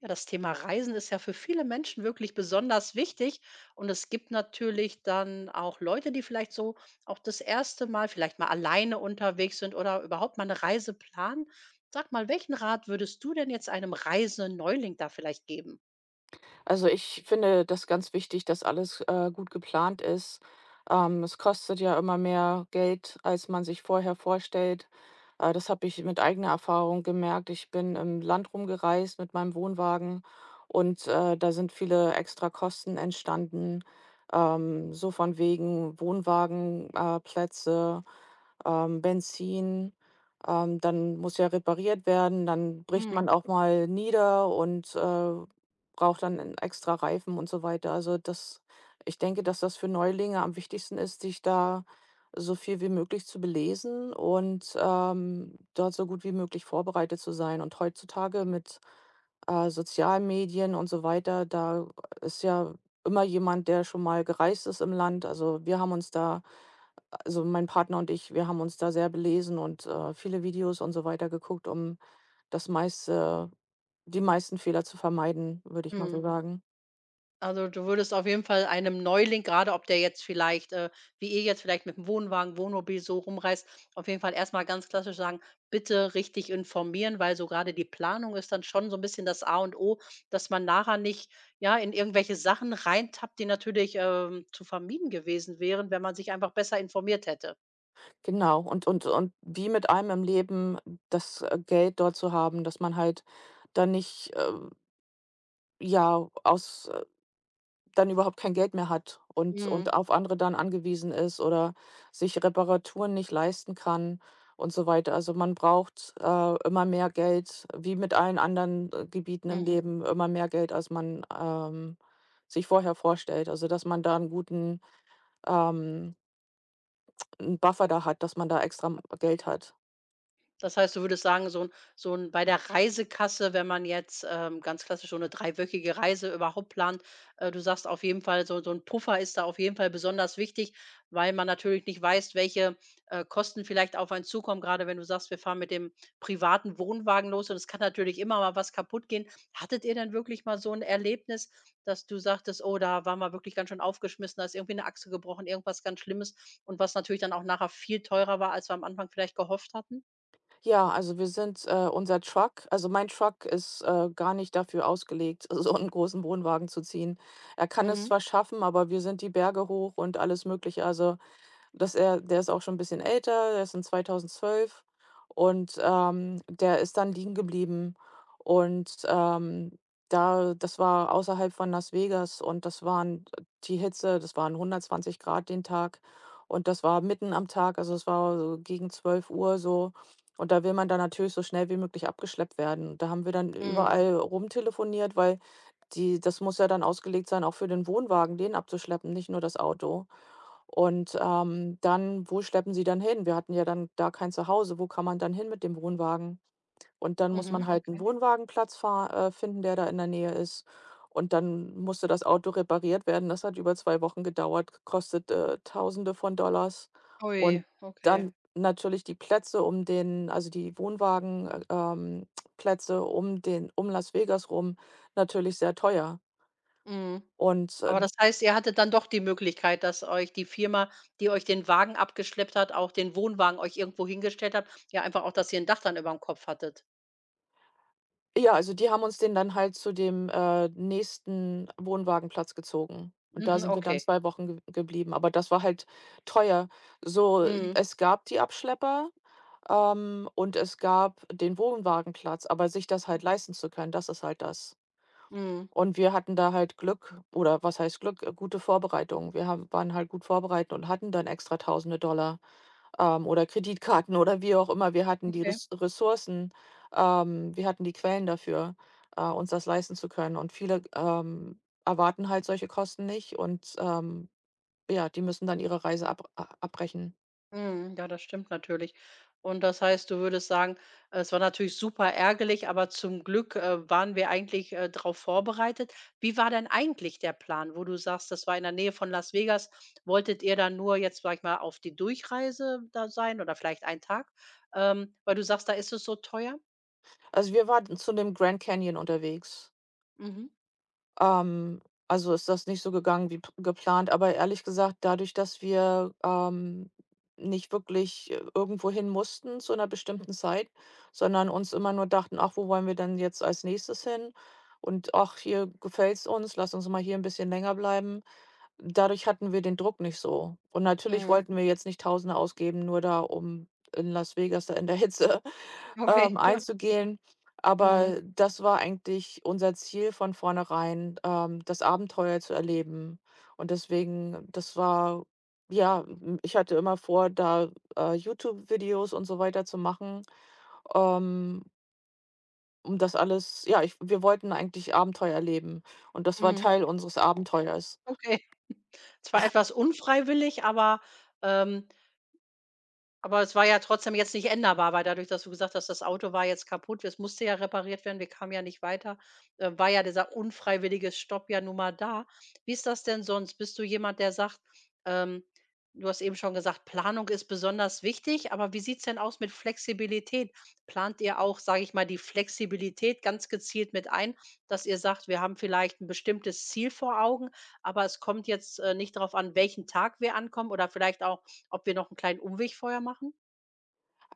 Ja, das Thema Reisen ist ja für viele Menschen wirklich besonders wichtig. Und es gibt natürlich dann auch Leute, die vielleicht so auch das erste Mal, vielleicht mal alleine unterwegs sind oder überhaupt mal eine Reise planen. Sag mal, welchen Rat würdest du denn jetzt einem reisenden Neuling da vielleicht geben? Also, ich finde das ganz wichtig, dass alles, gut geplant ist. Es kostet ja immer mehr Geld, als man sich vorher vorstellt. Das habe ich mit eigener Erfahrung gemerkt. Ich bin im Land rumgereist mit meinem Wohnwagen und da sind viele Extrakosten entstanden, so von wegen Wohnwagenplätze, Plätze, Benzin. Dann muss ja repariert werden, dann bricht man auch mal nieder und braucht dann 'n extra Reifen und so weiter. Also, das ich denke, dass das für Neulinge am wichtigsten ist, sich da so viel wie möglich zu belesen und, dort so gut wie möglich vorbereitet zu sein. Und heutzutage mit sozialen Medien und so weiter, da ist ja immer jemand, der schon mal gereist ist im Land. Also, mein Partner und ich, wir haben uns da sehr belesen und, viele Videos und so weiter geguckt, um das meiste die meisten Fehler zu vermeiden, würde ich mal so Mhm. sagen. Also, du würdest auf jeden Fall einem Neuling, gerade, ob der jetzt vielleicht, wie ihr jetzt vielleicht mit dem Wohnwagen, Wohnmobil so rumreist, auf jeden Fall erstmal ganz klassisch sagen: „Bitte richtig informieren“, weil so gerade die Planung ist dann schon so ein bisschen das A und O, dass man nachher nicht, ja, in irgendwelche Sachen reintappt, die natürlich, zu vermieden gewesen wären, wenn man sich einfach besser informiert hätte. Genau, und wie mit allem im Leben, das Geld dort zu haben, dass man halt dann nicht, ja, aus dann überhaupt kein Geld mehr hat und Mhm. und auf andere dann angewiesen ist oder sich Reparaturen nicht leisten kann und so weiter. Also, man braucht immer mehr Geld, wie mit allen anderen, Gebieten im Mhm. Leben, immer mehr Geld, als man, sich vorher vorstellt. Also, dass man da einen guten ähm, 'n Buffer da hat, dass man da extra m Geld hat. Das heißt, du würdest sagen, so 'n bei der Reisekasse, wenn man jetzt, ganz klassisch so eine dreiwöchige Reise überhaupt plant, du sagst auf jeden Fall, so so 'n Puffer ist da auf jeden Fall besonders wichtig, weil man natürlich nicht weiß, welche, Kosten vielleicht auf einen zukommen. Gerade wenn du sagst: „Wir fahren mit dem privaten Wohnwagen los und es kann natürlich immer mal was kaputtgehen.“ Hattet ihr denn wirklich mal so ein Erlebnis, dass du sagtest: „Oh, da waren wir wirklich ganz schön aufgeschmissen, da ist irgendwie eine Achse gebrochen, irgendwas ganz Schlimmes“ und was natürlich dann auch nachher viel teurer war, als wir am Anfang vielleicht gehofft hatten? Ja, also wir sind unser Truck also mein Truck ist, gar nicht dafür ausgelegt, so einen großen Wohnwagen zu ziehen. Er kann es Mhm, zwar schaffen, aber wir sind die Berge hoch und alles Mögliche. Also. Dass er Der ist auch schon ein bisschen älter, der ist in 2012 und, der ist dann liegen geblieben. Und, da das war außerhalb von Las Vegas, und das waren die Hitze, das waren 120 Grad den Tag, und das war mitten am Tag, also, es war so gegen 12 Uhr so. Und da will man dann natürlich so schnell wie möglich abgeschleppt werden. Da haben wir dann, mhm, mhm, überall rumtelefoniert, weil die das muss ja dann ausgelegt sein, auch für den Wohnwagen, den abzuschleppen, nicht nur das Auto. Und dann wo schleppen sie dann hin? Wir hatten ja dann da kein Zuhause. Wo kann man dann hin mit dem Wohnwagen? Und dann muss man, mhm, mhm, halt einen okay. Wohnwagenplatz fahr finden, der da in der Nähe ist. Und dann musste das Auto repariert werden. Das hat über 2 Wochen gedauert, kostet Tausende von Dollars. Ui, Und okay. dann natürlich die Wohnwagenplätze ähm, Plätze um den um Las Vegas rum, natürlich sehr teuer. Mhm. Und Aber das heißt, ihr hattet dann doch die Möglichkeit, dass euch die Firma, die euch den Wagen abgeschleppt hat, auch den Wohnwagen euch irgendwo hingestellt hat, ja, einfach auch, dass ihr ein Dach dann über dem Kopf hattet. ja, also die haben uns den dann halt zu dem nächsten Wohnwagenplatz gezogen. Und da Mhm, sind, mhm, wir dann okay. 2 Wochen ge geblieben, aber das war halt teuer. So, mhm, Mhm, es gab die Abschlepper, und es gab den Wohnwagenplatz, aber sich das halt leisten zu können, das ist halt das. mhm, Und wir hatten da halt Glück, oder was heißt Glück, gute Vorbereitung. Wir haben waren halt gut vorbereitet und hatten dann extra Tausende Dollar, oder Kreditkarten oder wie auch immer. Wir hatten die okay. Ressourcen, wir hatten die Quellen dafür, uns das leisten zu können. Und viele erwarten halt solche Kosten nicht, und ja, die müssen dann ihre Reise abbrechen. Mhm, ja, das stimmt natürlich. Und das heißt, du würdest sagen, es war natürlich super ärgerlich, aber zum Glück, waren wir eigentlich, drauf vorbereitet. Wie war denn eigentlich der Plan, wo du sagst, das war in der Nähe von Las Vegas? Wolltet ihr dann nur jetzt, sag ich mal, auf die Durchreise da sein oder vielleicht einen Tag? Weil du sagst, da ist es so teuer? Also wir waren zu dem Grand Canyon unterwegs. Mhm, Ähm, also ist das nicht so gegangen wie p geplant, aber ehrlich gesagt, dadurch, dass wir nicht wirklich irgendwohin mussten zu einer bestimmten Zeit, sondern uns immer nur dachten: „Ach, wo wollen wir denn jetzt als Nächstes hin?“ Und: „Ach, hier gefällt's uns, lass uns mal hier ein bisschen länger bleiben.“ Dadurch hatten wir den Druck nicht so. Und natürlich mhm. wollten wir jetzt nicht Tausende ausgeben, nur da, um in Las Vegas da in der Hitze Okay, ja. einzugehen. Aber Mhm, das war eigentlich unser Ziel von vornherein, das Abenteuer zu erleben. Und deswegen, das war ja, ich hatte immer vor, da YouTube-Videos und so weiter zu machen, ähm, um das alles, ja, wir wollten eigentlich Abenteuer erleben. Und das war mhm. Teil unseres Abenteuers. Okay. Zwar etwas unfreiwillig, aber, ähm. Aber es war ja trotzdem jetzt nicht änderbar, weil dadurch, dass du gesagt hast, das Auto war jetzt kaputt, es musste ja repariert werden, wir kamen ja nicht weiter, war ja dieser unfreiwillige Stopp ja nun mal da. Wie ist das denn sonst? Bist du jemand, der sagt, ähm, du hast eben schon gesagt, Planung ist besonders wichtig, aber wie sieht's denn aus mit Flexibilität? Plant ihr auch, sage ich mal, die Flexibilität ganz gezielt mit ein, dass ihr sagt, wir haben vielleicht ein bestimmtes Ziel vor Augen, aber es kommt jetzt nicht darauf an, welchen Tag wir ankommen oder vielleicht auch ob wir noch 'n kleinen Umweg vorher machen?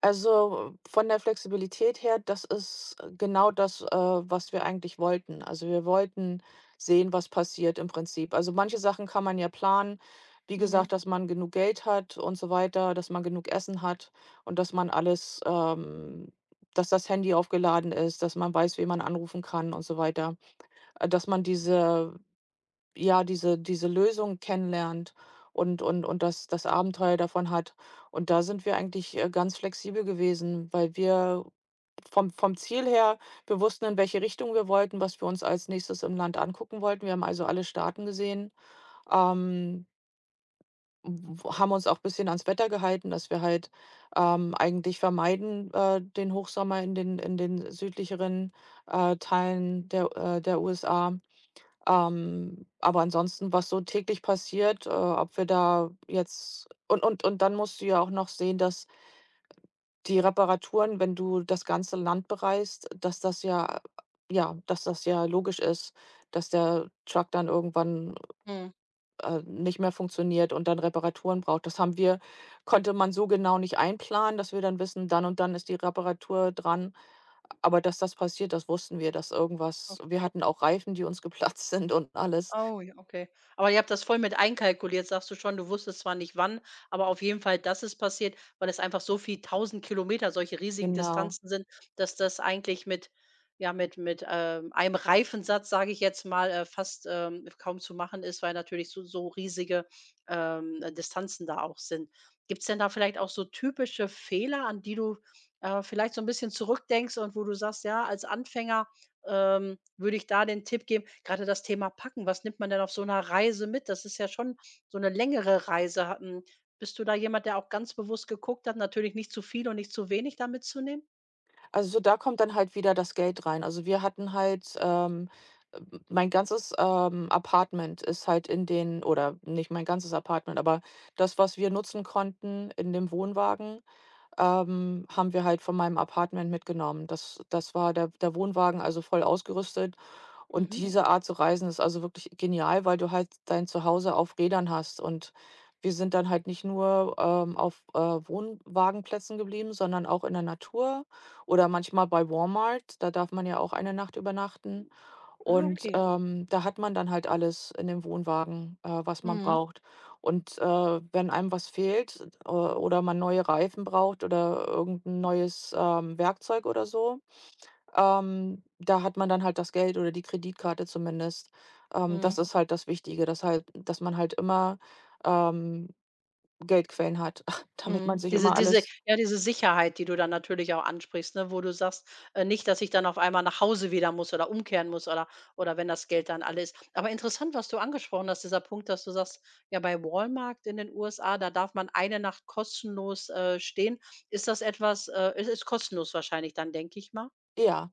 Also, von der Flexibilität her, das ist genau das, was wir eigentlich wollten. Also, wir wollten sehen, was passiert im Prinzip. Also, manche Sachen kann man ja planen. Wie gesagt, Mhm. dass man genug Geld hat und so weiter, dass man genug Essen hat und dass man dass das Handy aufgeladen ist, dass man weiß, wen man anrufen kann und so weiter. Dass man diese, ja, diese Lösung kennenlernt und das Abenteuer davon hat. Und da sind wir eigentlich ganz flexibel gewesen, weil wir vom Ziel her wir wussten, in welche Richtung wir wollten, was wir uns als Nächstes im Land angucken wollten. Wir haben also alle Staaten gesehen, ähm, w haben uns auch ein bisschen ans Wetter gehalten, dass wir halt, eigentlich vermeiden, den Hochsommer in den südlicheren, Teilen der der USA. Aber ansonsten, was so täglich passiert, ob wir da jetzt und dann musst du ja auch noch sehen, dass die Reparaturen, wenn du das ganze Land bereist, dass das ja logisch ist, dass der Truck dann irgendwann, Mhm. äh, nicht mehr funktioniert und dann Reparaturen braucht. Das haben wir Konnte man so genau nicht einplanen, dass wir dann wissen, dann und dann ist die Reparatur dran. Aber dass das passiert, das wussten wir, dass irgendwas wir Okay. hatten auch Reifen, die uns geplatzt sind und alles. Oh ja, okay. Aber ihr habt das voll mit einkalkuliert, sagst du schon. Du wusstest zwar nicht wann, aber auf jeden Fall, dass es passiert, weil es einfach so viel 1.000 Kilometer, solche riesigen Genau. Distanzen sind, dass das eigentlich mit, ja, mit, einem Reifensatz, sage ich jetzt mal, fast, kaum zu machen ist, weil natürlich so so riesige, Distanzen da auch sind. Gibt's denn da vielleicht auch so typische Fehler, an die du, vielleicht so 'n bisschen zurückdenkst und wo du sagst: „Ja, als Anfänger würde ich da den Tipp geben, gerade das Thema Packen, was nimmt man denn auf so einer Reise mit? Das ist ja schon so eine längere Reise. Bist du da jemand, der auch ganz bewusst geguckt hat, natürlich nicht zu viel und nicht zu wenig da mitzunehmen?“ Also, so da kommt dann halt wieder das Geld rein. Also, wir hatten halt, mein ganzes Apartment ist halt in den, oder nicht mein ganzes Apartment, aber das, was wir nutzen konnten in dem Wohnwagen, haben wir halt von meinem Apartment mitgenommen. Das war der Wohnwagen, also voll ausgerüstet. Und, mhm, Mhm. diese Art zu reisen ist also wirklich genial, weil du halt dein Zuhause auf Rädern hast. Und wir sind dann halt nicht nur auf Wohnwagenplätzen geblieben, sondern auch in der Natur oder manchmal bei Walmart. Da darf man ja auch eine Nacht übernachten. Mhm. Ah, Und, okay. ähm, da hat man dann halt alles in dem Wohnwagen, was man Mhm. braucht. Wenn einem was fehlt, oder man neue Reifen braucht oder irgendein neues, Werkzeug oder so, da hat man dann halt das Geld oder die Kreditkarte zumindest. Das Mhm. Ja. ist halt das Wichtige, dass man halt immer, ähm, Geldquellen hat, damit man Mhm. sich immer, Diese ja, diese alles, ja, diese Sicherheit, die du dann natürlich auch ansprichst, ne, wo du sagst, nicht, dass ich dann auf einmal nach Hause wieder muss oder umkehren muss oder wenn das Geld dann alle ist. Aber interessant, was du angesprochen hast, dieser Punkt, dass du sagst, ja, bei Walmart in den USA, da darf man eine Nacht kostenlos, stehen. Ist das etwas, es ist kostenlos wahrscheinlich dann, denke ich mal, ja.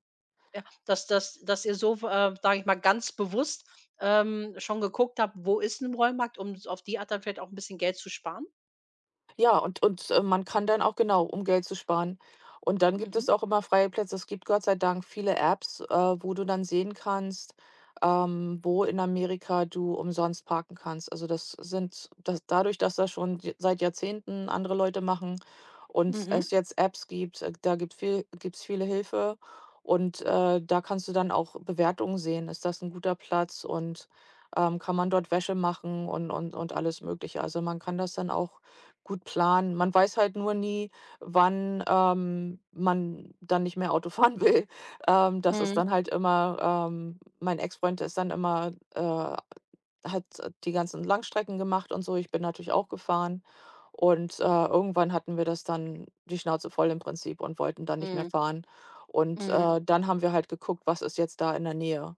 ja, dass ihr so, sage ich mal, ganz bewusst, schon geguckt habt, wo ist ein Walmart, um s auf die Art dann vielleicht auch ein bisschen Geld zu sparen? Ja, und man kann dann auch, genau, um Geld zu sparen. Und dann gibt Mhm. es auch immer freie Plätze. Es gibt Gott sei Dank viele Apps, wo du dann sehen kannst, wo in Amerika du umsonst parken kannst. Also, das sind das dadurch, dass das schon j seit Jahrzehnten andere Leute machen und Mhm. es jetzt Apps gibt, da gibt's viele Hilfe und, da kannst du dann auch Bewertungen sehen. Ist das ein guter Platz, und kann man dort Wäsche machen und alles Mögliche. Also, man kann das dann auch gut planen. Man weiß halt nur nie, wann, man dann nicht mehr Auto fahren will. Das ist Mhm. dann halt immer mein Ex-Freund ist dann immer, hat die ganzen Langstrecken gemacht und so. Ich bin natürlich auch gefahren, und irgendwann hatten wir das dann die Schnauze voll im Prinzip und wollten dann nicht mehr Mhm. fahren. Und, Mhm. äh, dann haben wir halt geguckt, was ist jetzt da in der Nähe?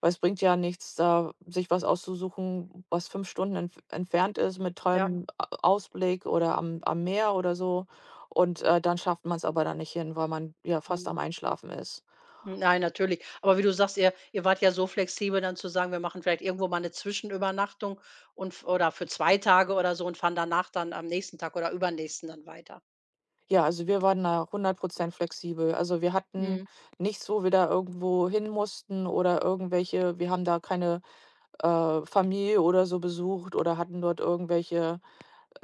Weil es bringt ja nichts, da sich was auszusuchen, was 5 Stunden entfernt ist mit Ja. tollem Ausblick oder am Meer oder so. Und dann schafft man es aber dann nicht hin, weil man ja fast Mhm. am Einschlafen ist. Nein, natürlich. Aber wie du sagst, ihr wart ja so flexibel, dann zu sagen: „Wir machen vielleicht irgendwo mal eine Zwischenübernachtung und f oder für 2 Tage oder so und fahren danach dann am nächsten Tag oder übernächsten dann weiter.“ Ja, also wir waren da 100% flexibel. Also, wir hatten Mhm. nichts, wo wir da irgendwo hin mussten, oder irgendwelche wir haben da keine Familie oder so besucht oder hatten dort irgendwelche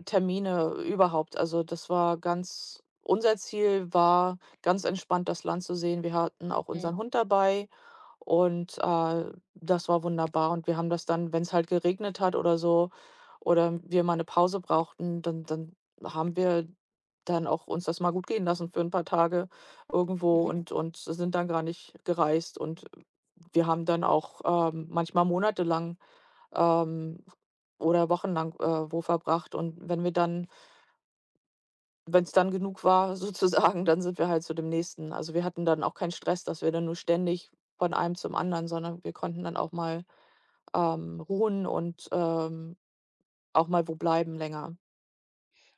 Termine überhaupt. Also, das war ganz unser Ziel war, ganz entspannt das Land zu sehen. Wir hatten auch Mhm. unseren Hund dabei, und das war wunderbar. Und wir haben das dann, wenn es halt geregnet hat oder so, oder wir mal eine Pause brauchten, dann haben wir dann auch uns das mal gut gehen lassen für ein paar Tage irgendwo Mhm. und sind dann gar nicht gereist. Und wir haben dann auch, manchmal monatelang ähm, oder wochenlang, wo verbracht. Und wenn es dann genug war sozusagen, dann sind wir halt zu dem nächsten. Also, wir hatten dann auch keinen Stress, dass wir dann nur ständig von einem zum anderen, sondern wir konnten dann auch mal, ruhen und, auch mal wo bleiben länger.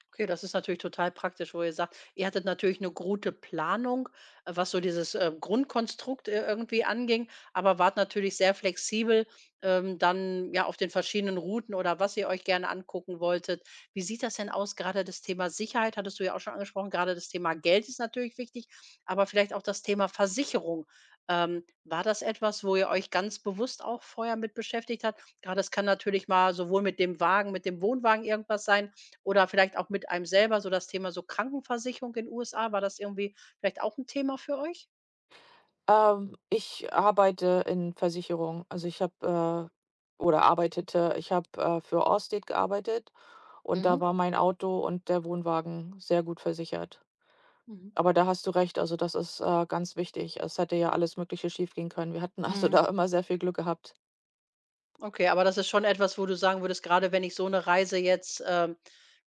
Okay, das ist natürlich total praktisch, wo ihr sagt, ihr hattet natürlich eine gute Planung, was so dieses, Grundkonstrukt, irgendwie anging, aber wart natürlich sehr flexibel, dann, ja, auf den verschiedenen Routen oder was ihr euch gerne angucken wolltet. Wie sieht das denn aus? Gerade das Thema Sicherheit hattest du ja auch schon angesprochen, gerade das Thema Geld ist natürlich wichtig, aber vielleicht auch das Thema Versicherung. War das etwas, wo ihr euch ganz bewusst auch vorher mit beschäftigt habt? Gerade es kann natürlich mal sowohl mit dem Wagen, mit dem Wohnwagen irgendwas sein, oder vielleicht auch mit einem selber, so das Thema so Krankenversicherung in USA. War das irgendwie vielleicht auch ein Thema für euch? Ich arbeite in Versicherung. Also, oder arbeitete, ich habe, für Allstate gearbeitet, und da Mhm, war mein Auto und der Wohnwagen sehr gut versichert. mhm. Aber da hast du recht, also das ist, ganz wichtig. Es hätte ja alles Mögliche schiefgehen können. Wir hatten also Mhm, da immer sehr viel Glück gehabt. okay, aber das ist schon etwas, wo du sagen würdest, gerade wenn ich so eine Reise jetzt,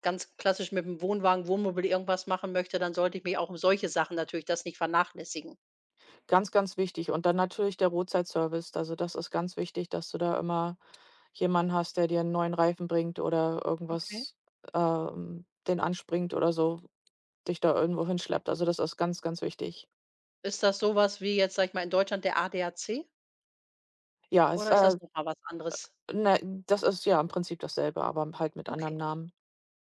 ganz klassisch mit dem Wohnwagen, Wohnmobil irgendwas machen möchte, dann sollte ich mich auch um solche Sachen natürlich das nicht vernachlässigen. Ganz, ganz wichtig. Und dann natürlich der Roadsideservice. Also, das ist ganz wichtig, dass du da immer jemanden hast, der dir einen neuen Reifen bringt oder Okay. irgendwas, den anspringt oder so, dich da irgendwo hinschleppt. Also, das ist ganz, ganz wichtig. Ist das sowas wie jetzt, sage ich mal, in Deutschland der ADAC Ja, oder ist das noch mal was anderes? ne, das ist ja im Prinzip dasselbe, aber halt mit anderem Okay. Namen.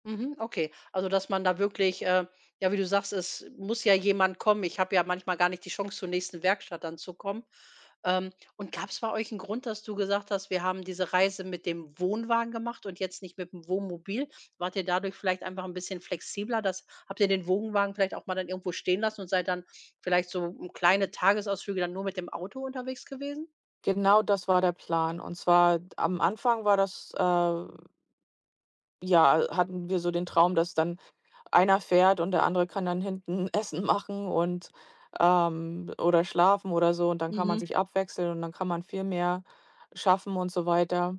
Mhm, okay. Also, dass man da wirklich, ja, wie du sagst, es muss ja jemand kommen. Ich habe ja manchmal gar nicht die Chance, zur nächsten Werkstatt dann zu kommen. Und gab es bei euch einen Grund, dass du gesagt hast: „Wir haben diese Reise mit dem Wohnwagen gemacht und jetzt nicht mit dem Wohnmobil?“ Wart ihr dadurch vielleicht einfach ein bisschen flexibler? Das habt ihr den Wohnwagen vielleicht auch mal dann irgendwo stehen lassen und seid dann vielleicht so, hm, kleine Tagesausflüge dann nur mit dem Auto unterwegs gewesen? Genau das war der Plan. Und zwar am Anfang war das, ja, hatten wir so den Traum, dass dann einer fährt und der andere kann dann hinten Essen machen und, oder schlafen oder so, und dann kann man Mhm. sich abwechseln und dann kann man viel mehr schaffen und so weiter.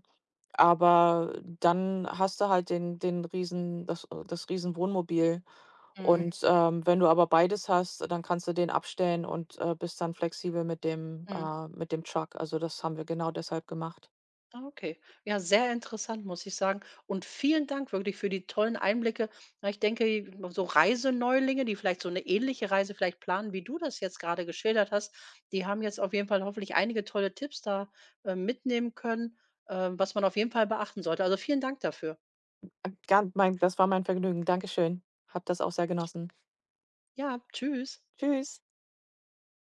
Aber dann hast du halt den den riesen das das Riesenwohnmobil, mhm, Mhm. und wenn du aber beides hast, dann kannst du den abstellen und, bist dann flexibel Mhm. Mit dem Truck. Also, das haben wir genau deshalb gemacht. Ah, okay. Ja, sehr interessant, muss ich sagen. Und vielen Dank wirklich für die tollen Einblicke. Na, ich denke, so Reiseneulinge, die vielleicht so eine ähnliche Reise vielleicht planen, wie du das jetzt gerade geschildert hast, die haben jetzt auf jeden Fall hoffentlich einige tolle Tipps da mitnehmen können, was man auf jeden Fall beachten sollte. Also vielen Dank dafür. Gan mein Das war mein Vergnügen. Dankeschön. Habe das auch sehr genossen. Ja, tschüss. Tschüss.